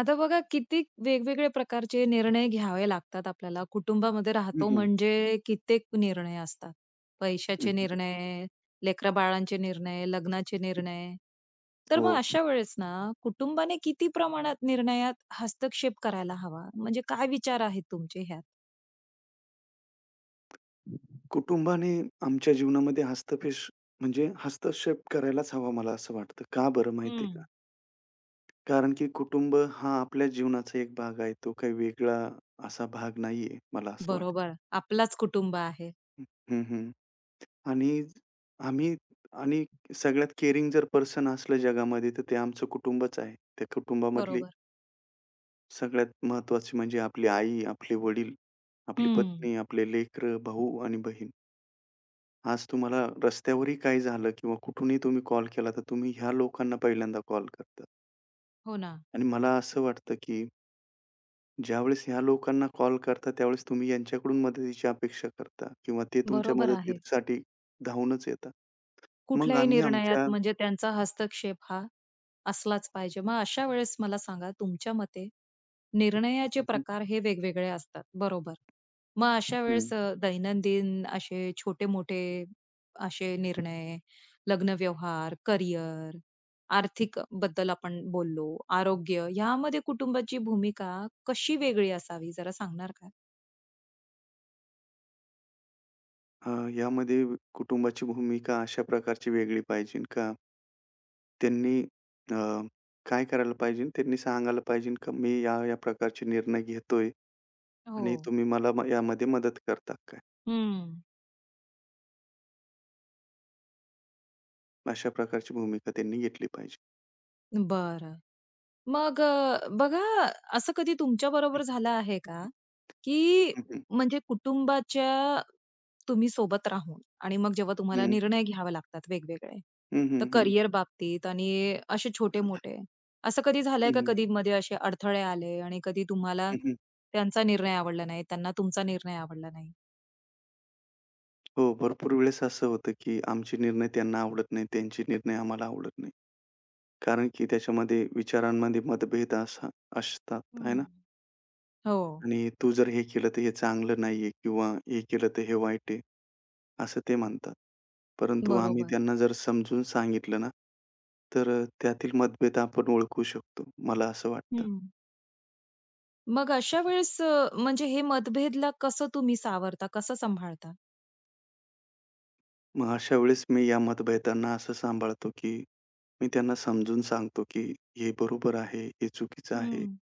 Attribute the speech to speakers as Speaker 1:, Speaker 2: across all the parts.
Speaker 1: आता बघा किती वेगवेगळे प्रकारचे निर्णय घ्यावे लागतात आपल्याला. कुटुंबामध्ये
Speaker 2: हं,
Speaker 1: राहतो
Speaker 2: हं.
Speaker 1: म्हणजे कित्येक निर्णय असतात.
Speaker 2: हं,
Speaker 1: पैशाचे
Speaker 2: हं.
Speaker 1: निर्णय, लेकरा-बाळांचे निर्णय, लग्नाचे निर्णय. तर मग
Speaker 2: हो.
Speaker 1: अशा वेळेस ना, कुटुंबाने किती प्रमाणात निर्णयात हस्तक्षेप करायला हवा? म्हणजे काय विचार आहेत तुमचे ह्यात?
Speaker 2: कुटुंबाने आमच्या जीवनामध्ये हस्तपेश म्हणजे हस्तक्षेप करायलाच हवा मला असं वाटतं. का बरं माहिती आहे का?
Speaker 1: हं.
Speaker 2: कारण की कुटुंब हा आपल्या जीवनाचा एक भाग आहे. तो काही वेगळा असा भाग नाहीये, मला असं वाटतं.
Speaker 1: बरोबर. आपलाच कुटुंब आहे.
Speaker 2: हं, हं. आणि आम्ही आणि सगळ्यात केअरिंग जर पर्सन असलं जगामध्ये तर ते आमचं कुटुंबच आहे. त्या कुटुंबामधली
Speaker 1: बरोबर.
Speaker 2: सगळ्यात महत्त्वाची म्हणजे आपली आई, आपले वडील, आपली
Speaker 1: हं.
Speaker 2: पत्नी, आपले लेकरं, भाऊ आणि बहीण. आज तुम्हाला रस्त्यावरही काही झालं किंवा कुठूनही तुम्ही कॉल केला, तर तुम्ही ह्या लोकांना पहिल्यांदा कॉल करता.
Speaker 1: हो ना.
Speaker 2: आणि मला असं वाटतं, की ज्यावेळेस ह्या लोकांना कॉल करता, त्यावेळेस तुम्ही यांच्याकडून मदतीची अपेक्षा करता किंवा ते तुमच्या
Speaker 1: बरोबर आहे.
Speaker 2: मदतीसाठी धावूनच येतात. मग
Speaker 1: कुठल्याही
Speaker 2: आम्ही
Speaker 1: निर्णयात
Speaker 2: आमच्या
Speaker 1: म्हणजे त्यांचा हस्तक्षेप हा असलाच पाहिजे. मग अशा वेळेस मला सांगा तुमच्या मते निर्णयाचे
Speaker 2: हं,
Speaker 1: प्रकार हे वेगवेगळे असतात, बरोबर. मग अशा
Speaker 2: हं,
Speaker 1: वेळेस दैनंदिन असे छोटे-मोठे असे निर्णय, लग्न व्यवहार, करिअर, आर्थिक बद्दल आपण बोललो, आरोग्य यामध्ये कुटुंबाची भूमिका कशी वेगळी असावी जरा सांगणार का?
Speaker 2: अ, यामध्ये कुटुंबाची भूमिका अशा प्रकारची वेगळी पाहिजे का? त्यांनी अ, काय करायला पाहिजे? त्यांनी सांगायला पाहिजे, का मी या प्रकारचे निर्णय घेतोय
Speaker 1: हो.
Speaker 2: आणि तुम्ही मला यामध्ये मदत करता का?
Speaker 1: हं.
Speaker 2: अशा प्रकारची भूमिका त्यांनी घेतली पाहिजे.
Speaker 1: बरं. मग बघा असं कधी
Speaker 2: हं,
Speaker 1: तुमच्याबरोबर झालं आहे का, की
Speaker 2: हं, हं.
Speaker 1: म्हणजे कुटुंबाच्या तुम्ही सोबत राहून आणि मग जेव्हा तुम्हाला
Speaker 2: हं.
Speaker 1: निर्णय घ्यावे लागतात वेगवेगळे,
Speaker 2: हं,
Speaker 1: तर
Speaker 2: हं, हं.
Speaker 1: करियर बाबतीत आणि असे छोटे-मोठे, असं कधी झालंय
Speaker 2: हं,
Speaker 1: का
Speaker 2: हं.
Speaker 1: कधी मध्ये असे अडथळे आले आणि कधी तुम्हाला
Speaker 2: हं, हं.
Speaker 1: त्यांचा निर्णय आवडला नाही, त्यांना तुमचा निर्णय आवडला नाही?
Speaker 2: हो, भरपूर वेळेस असं होतं, की आमचे निर्णय त्यांना आवडत नाही, त्यांचे निर्णय आम्हाला आवडत नाही. कारण की त्याच्यामध्ये विचारांमध्ये मतभेद असा असतात, आहे
Speaker 1: हं.
Speaker 2: ना?
Speaker 1: हो,
Speaker 2: आणि तू जर हे केलं तर हे चांगलं नाहीये किंवा हे केलं तर हे वाईट आहे, असं ते म्हणतात. परंतु आम्ही
Speaker 1: बरोबर.
Speaker 2: त्यांना जर समजून सांगितलं ना, तर त्यातील मतभेद आपण ओळखू शकतो, मला असं वाटतं.
Speaker 1: हं. मग अशा वेळेस म्हणजे हे मतभेदला कसं तुम्ही सावरता, कसं सांभाळता?
Speaker 2: मग अशा वेळेस मी या मतभेदांना असं सांभाळतो, की मी त्यांना समजून सांगतो, की "हे बरोबर आहे, हे चुकीचं आहे.
Speaker 1: हं.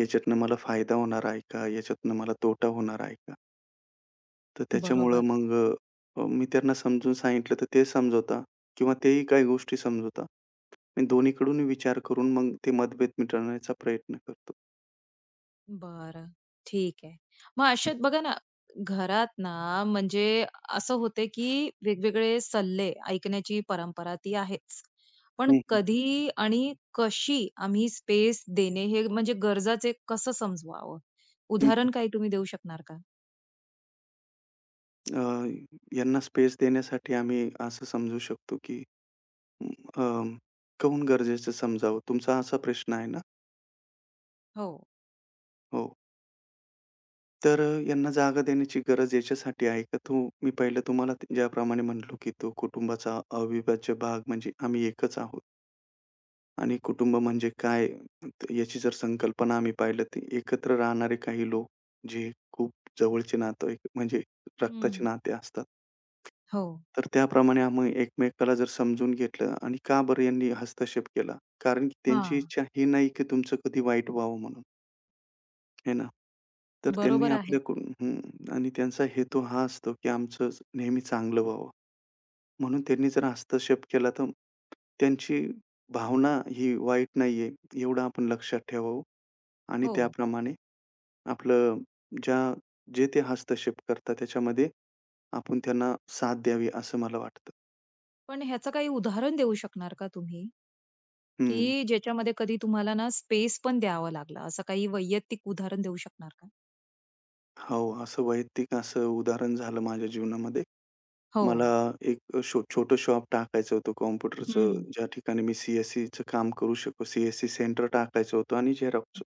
Speaker 2: याच्यातनं मला फायदा होणार आहे का? याच्यातनं मला तोटा होणार आहे का?" तर त्याच्यामुळं
Speaker 1: बरोबर.
Speaker 2: मग मी त्यांना समजून सांगितलं, तर ते समजवतात किंवा तेही काही गोष्टी समजवतात. मी दोन्हीकडून विचार करून मग ते मतभेद मिटवण्याचा प्रयत्न करतो.
Speaker 1: बरं, ठीक आहे. मग अशात बघा ना, घरात ना म्हणजे असं होते, की वेगवेगळे सल्ले ऐकण्याची परंपरा ती आहेच. पण
Speaker 2: हं, हं.
Speaker 1: कधी आणि कशी आम्ही स्पेस देणे हे म्हणजे गरजाचे कसं समजवावं?
Speaker 2: हं,
Speaker 1: उदाहरण काही तुम्ही देऊ शकणार का?
Speaker 2: अ, यांना स्पेस देण्यासाठी आम्ही असं समजू शकतो, की अ, काहून गरजेचं समजावं? तुमचा असा प्रश्न आहे ना?
Speaker 1: हो.
Speaker 2: हो. तर यांना जागा देण्याची गरज याच्यासाठी आहे का तो मी पहिलं तुम्हाला ज्याप्रमाणे म्हणालो, की तो कुटुंबाचा अविभाज्य भाग म्हणजे आम्ही एकच आहोत आणि कुटुंब म्हणजे काय याची जर संकल्पना आम्ही पाहिलं तर एकत्र राहणारे काही लोक जे खूप जवळचे नातेवाईक म्हणजे रक्ताचे
Speaker 1: हं.
Speaker 2: नाते असतात.
Speaker 1: हो.
Speaker 2: तर त्याप्रमाणे आम्ही एकमेकाला जर समजून घेतलं आणि का बरं यांनी हस्तक्षेप केला? कारण की त्यांची
Speaker 1: हां.
Speaker 2: इच्छा ही नाही, की तुमचं कधी वाईट व्हावं म्हणून. हे ना. तर त्यांनी
Speaker 1: बरोबर आहे.
Speaker 2: आपल्याकडून हं. आणि त्यांचा हेतू हा असतो, की आमचं नेहमी चांगलं व्हावं. म्हणून त्यांनी जर हस्तक्षेप केला तर त्यांची भावना ही वाईट नाहीये, एवढं आपण लक्षात ठेवावं आणि
Speaker 1: हो.
Speaker 2: त्याप्रमाणे आपलं ज्या जे ते हस्तक्षेप करतात त्याच्यामध्ये आपण त्यांना साथ द्यावी असं मला वाटतं.
Speaker 1: पण ह्याचं काही उदाहरण देऊ शकणार का तुम्ही?
Speaker 2: हं.
Speaker 1: की ज्याच्यामध्ये कधी तुम्हाला ना स्पेस पण द्यावा लागला, असं काही वैयक्तिक उदाहरण देऊ शकणार का?
Speaker 2: हो, असं वैयक्तिक असं उदाहरण झालं माझ्या जीवनामध्ये.
Speaker 1: हो.
Speaker 2: मला एक अ, शो छोटं शॉप टाकायचं होतं
Speaker 1: हं.
Speaker 2: कॉम्प्युटरचं, ज्या ठिकाणी मी सी एस काम करू शकू. CSC सेंटर टाकायचं होतं आणि झेरॉक्सचं.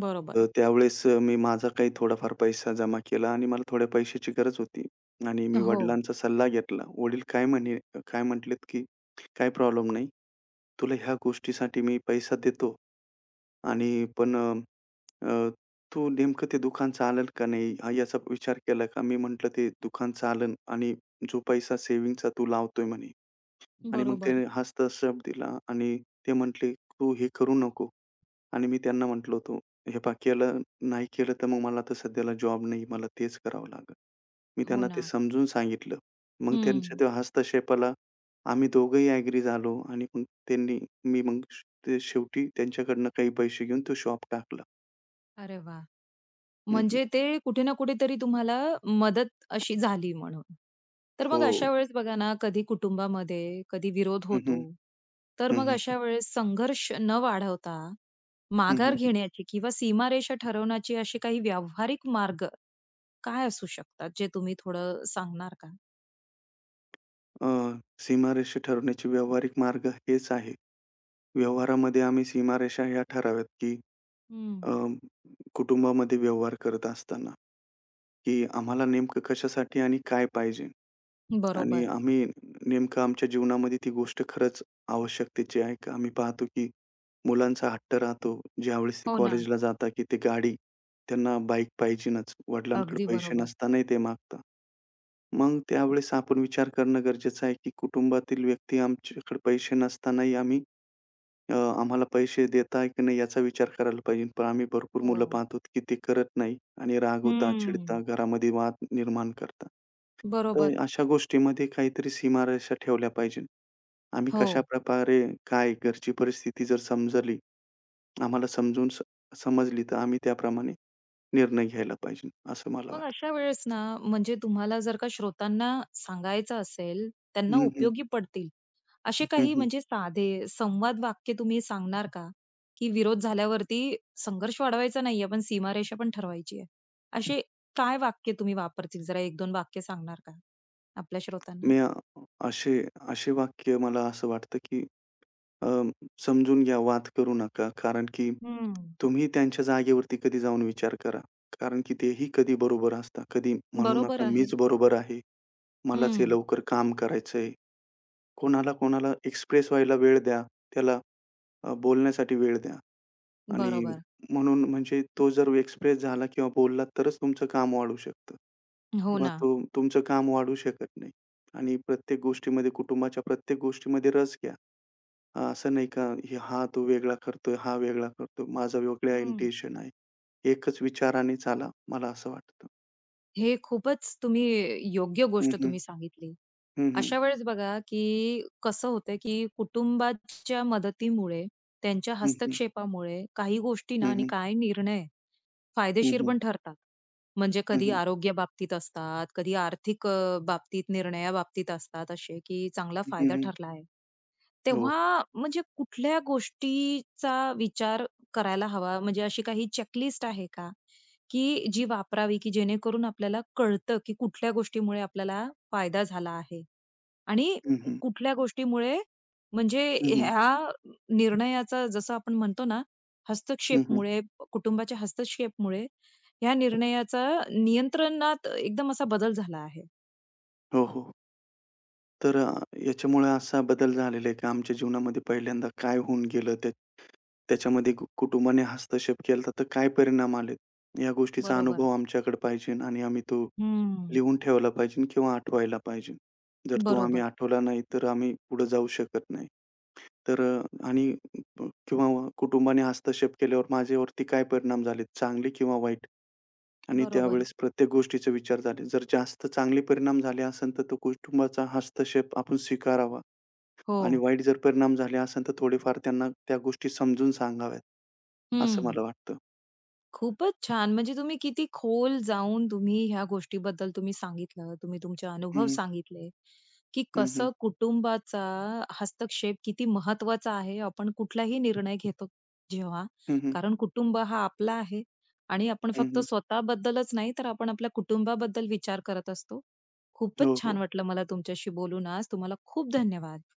Speaker 1: बरोबर.
Speaker 2: तर त्यावेळेस मी माझा काही थोडाफार पैसा जमा केला आणि मला थोड्या पैशाची गरज होती आणि मी
Speaker 1: हो.
Speaker 2: वडिलांचा सल्ला घेतला. वडील काय म्हणे काय म्हटलेत, की "काही प्रॉब्लेम नाही. तुला ह्या गोष्टीसाठी मी पैसा देतो. आणि पण अ, अ, तू नेमकं ते दुकान चालेल का नाही?" हा याचा विचार केला का? मी म्हटलं, "ते दुकान चालेल आणि जो पैसा सेव्हिंगचा तू लावतोय" म्हणे आणि मग
Speaker 1: बरोबर.
Speaker 2: त्याने हस्तक्षेप दिला आणि ते म्हटले, "तू हे करू नको." आणि मी त्यांना म्हटलं होतं, "हे पहा केलं नाही केलं तर मग मला तर सध्याला जॉब नाही. मला तेच करावं लागेल." मी
Speaker 1: हो
Speaker 2: त्यांना ते
Speaker 1: ना.
Speaker 2: समजून सांगितलं. मग त्यांच्या
Speaker 1: हं.
Speaker 2: त्या हस्तक्षेपाला आम्ही दोघंही ॲग्री झालो आणि मग त्यांनी मी मग श- ते शेवटी त्यांच्याकडनं काही पैसे घेऊन तो शॉप टाकला.
Speaker 1: अरे वाह!
Speaker 2: हं, हं.
Speaker 1: म्हणजे ते कुठे ना कुठेतरी तुम्हाला मदत अशी झाली म्हणून. तर मग
Speaker 2: हो.
Speaker 1: अशा वेळेस बघा ना, कधी कुटुंबामध्ये कधी विरोध
Speaker 2: हं,
Speaker 1: होतो.
Speaker 2: हं.
Speaker 1: तर
Speaker 2: हं,
Speaker 1: मग
Speaker 2: हं.
Speaker 1: अशा वेळेस संघर्ष न वाढवता माघार
Speaker 2: हं,
Speaker 1: घेण्याची किंवा सीमारेषा ठरवण्याची अशी काही व्यावहारिक मार्ग काय असू शकतात, जे तुम्ही थोडं सांगणार का?
Speaker 2: अ, सीमारेषा ठरवण्याचे व्यावहारिक मार्ग हेच आहे. व्यवहारामध्ये आम्ही सीमारेषा ह्या ठराव्यात, की
Speaker 1: हं.
Speaker 2: अ, कुटुंबामध्ये व्यवहार करत असताना. की आम्हाला नेमकं कशासाठी आणि काय पाहिजे? आणि
Speaker 1: बरोबर.
Speaker 2: आम्ही नेमकं आमच्या जीवनामध्ये ती गोष्ट खरंच आवश्यकतेची आहे का? आम्ही पाहतो की मुलांचा हट्ट राहतो. ज्यावेळेस ते
Speaker 1: हो ना.
Speaker 2: कॉलेजला जाता की ते गाडी, त्यांना बाईक पाहिजेनच. वडिलांकडे
Speaker 1: अगदी
Speaker 2: पैसे
Speaker 1: बरोबर.
Speaker 2: नसतानाही ते मागतात. मग त्यावेळेस आपण विचार करणं गरजेचं आहे की कुटुंबातील व्यक्ती आमच्याकडे पैसे नसतानाही आम्ही अ, आम्हाला पैसे देत आहे की नाही याचा विचार करायला पाहिजे. पण आम्ही भरपूर मुलं
Speaker 1: हो.
Speaker 2: पाहतो की ते करत नाही आणि रागवतात,
Speaker 1: हं.
Speaker 2: चिडतात, घरामध्ये वाद निर्माण करतात. तर
Speaker 1: बरोबर.
Speaker 2: अशा गोष्टीमध्ये काहीतरी सीमारेषा ठेवल्या पाहिजे. आम्ही
Speaker 1: हो.
Speaker 2: कशाप्रकारे, काय घरची परिस्थिती जर समजली, आम्हाला समजून समजली, तर आम्ही त्याप्रमाणे निर्णय घ्यायला पाहिजे, असं मला
Speaker 1: मग
Speaker 2: वाटतं.
Speaker 1: अशा वेळेस ना, म्हणजे तुम्हाला जर का श्रोतांना सांगायचं असेल, त्यांना
Speaker 2: हं, हं.
Speaker 1: उपयोगी पडतील असे
Speaker 2: हं,
Speaker 1: काही
Speaker 2: हं.
Speaker 1: म्हणजे साधे संवाद वाक्य तुम्ही सांगणार का? की विरोध झाल्यावरती संघर्ष वाढवायचा नाहीये, पण सीमारेषा पण ठरवायची आहे. असे काय वाक्य तुम्ही वापरतील? जरा 1-2 वाक्य सांगणार का आपल्या श्रोतांना?
Speaker 2: मी असे असे वाक्य मला असं वाटतं, की अ, समजून घ्या, वाद करू नका. कारण की
Speaker 1: हं.
Speaker 2: तुम्ही त्यांच्या जागेवरती कधी जाऊन विचार करा. कारण की तेही कधी बरोबर असतात. कधी म्हणू
Speaker 1: बरोबर
Speaker 2: नका,
Speaker 1: आहे.
Speaker 2: "मीच बरोबर आहे. मलाच हे
Speaker 1: हं.
Speaker 2: लवकर काम करायचंय." कोणाला, कोणाला एक्सप्रेस व्हायला वेळ द्या. त्याला बोलण्यासाठी वेळ द्या आणि
Speaker 1: बरोबर.
Speaker 2: म्हणून म्हणजे तो जर एक्सप्रेस झाला किंवा बोलला तरच तुमचं काम वाढू शकतं
Speaker 1: हो
Speaker 2: किंवा
Speaker 1: ना.
Speaker 2: तो तुमचं काम वाढू शकत नाही. आणि प्रत्येक गोष्टीमध्ये कुटुंबाच्या प्रत्येक गोष्टीमध्ये रस घ्या. असं नाही का, हा तो वेगळा करतोय, हा वेगळा करतोय. माझा वेगळा
Speaker 1: हं.
Speaker 2: इंटेन्शन आहे. एकच विचाराने चाला, मला असं वाटतं.
Speaker 1: हे खूपच तुम्ही योग्य
Speaker 2: हं,
Speaker 1: गोष्ट
Speaker 2: हं.
Speaker 1: तुम्ही सांगितली.
Speaker 2: हं, हं.
Speaker 1: अशा वेळेस बघा, की कसं होतं, की कुटुंबाच्या मदतीमुळे, त्यांच्या
Speaker 2: हं, हं.
Speaker 1: हस्तक्षेपामुळे काही गोष्टी ना
Speaker 2: हं,
Speaker 1: आणि
Speaker 2: हं.
Speaker 1: काही निर्णय
Speaker 2: हं,
Speaker 1: फायदेशीर
Speaker 2: हं.
Speaker 1: पण ठरतात. म्हणजे कधी आरोग्याबाबतीत असतात, कधी आर्थिक बाबतीत, निर्णयाबाबतीत असतात असे, की चांगला फायदा ठरला आहे.
Speaker 2: हो.
Speaker 1: तेव्हा म्हणजे कुठल्या गोष्टीचा विचार करायला हवा? म्हणजे अशी काही चेकलिस्ट आहे का, की जी वापरावी, की जेणेकरून आपल्याला कळतं, की कुठल्या गोष्टीमुळे आपल्याला फायदा झाला आहे? आणि
Speaker 2: हं, हं.
Speaker 1: कुठल्या गोष्टीमुळे म्हणजे
Speaker 2: हं, हं.
Speaker 1: ह्या निर्णयाचा जसं आपण म्हणतो ना, हस्तक्षेपमुळे, कुटुंबाच्या हस्तक्षेपमुळे ह्या निर्णयाचा नियंत्रणात एकदम असा बदल झाला आहे.
Speaker 2: हो, हो. तर याच्यामुळे असा बदल झालेला आहे, की आमच्या जीवनामध्ये पहिल्यांदा काय होऊन गेलं त्याच्यामध्ये कुटुंबाने हस्तक्षेप केला तर काय परिणाम आलेत? या गोष्टीचा
Speaker 1: बरोबर.
Speaker 2: अनुभव आमच्याकडे पाहिजे आणि आम्ही तो
Speaker 1: हं.
Speaker 2: लिहून ठेवला पाहिजे किंवा आठवायला पाहिजे. जर तो आम्ही
Speaker 1: बरोबर,
Speaker 2: आठवला नाही, तर आम्ही पुढे जाऊ शकत नाही. तर किंवा कुटुंबाने हस्तक्षेप केल्यावर माझ्यावरती काय परिणाम झाले, चांगले किंवा वाईट? आणि
Speaker 1: बरोबर.
Speaker 2: त्यावेळेस प्रत्येक गोष्टीचा विचार झाले. जर जास्त चांगले परिणाम झाले असेल, तर तो कुटुंबाचा हस्तक्षेप आपण स्वीकारावा
Speaker 1: हो.
Speaker 2: आणि वाईट जर परिणाम झाले असेल, तर थोडेफार त्यांना त्या गोष्टी समजून सांगाव्यात, असं
Speaker 1: हं.
Speaker 2: मला वाटतं.
Speaker 1: खूपच छान. म्हणजे तुम्ही किती खोल जाऊन तुम्ही ह्या गोष्टीबद्दल तुम्ही सांगितलं. तुम्ही तुमचे
Speaker 2: हं,
Speaker 1: अनुभव
Speaker 2: हं.
Speaker 1: सांगितले, की
Speaker 2: हं, हं.
Speaker 1: कसं कुटुंबाचा हस्तक्षेप किती महत्वाचा आहे. आपण कुठलाही निर्णय घेतो जेव्हा,
Speaker 2: हं, हं.
Speaker 1: कारण कुटुंब हा आपला आहे आणि आपण फक्त स्वतःबद्दलच नाही, तर आपण आपल्या कुटुंबाबद्दल विचार करत असतो. खूपच
Speaker 2: हो,
Speaker 1: छान
Speaker 2: हो.
Speaker 1: वाटलं मला तुमच्याशी बोलून आज. तुम्हाला खूप धन्यवाद.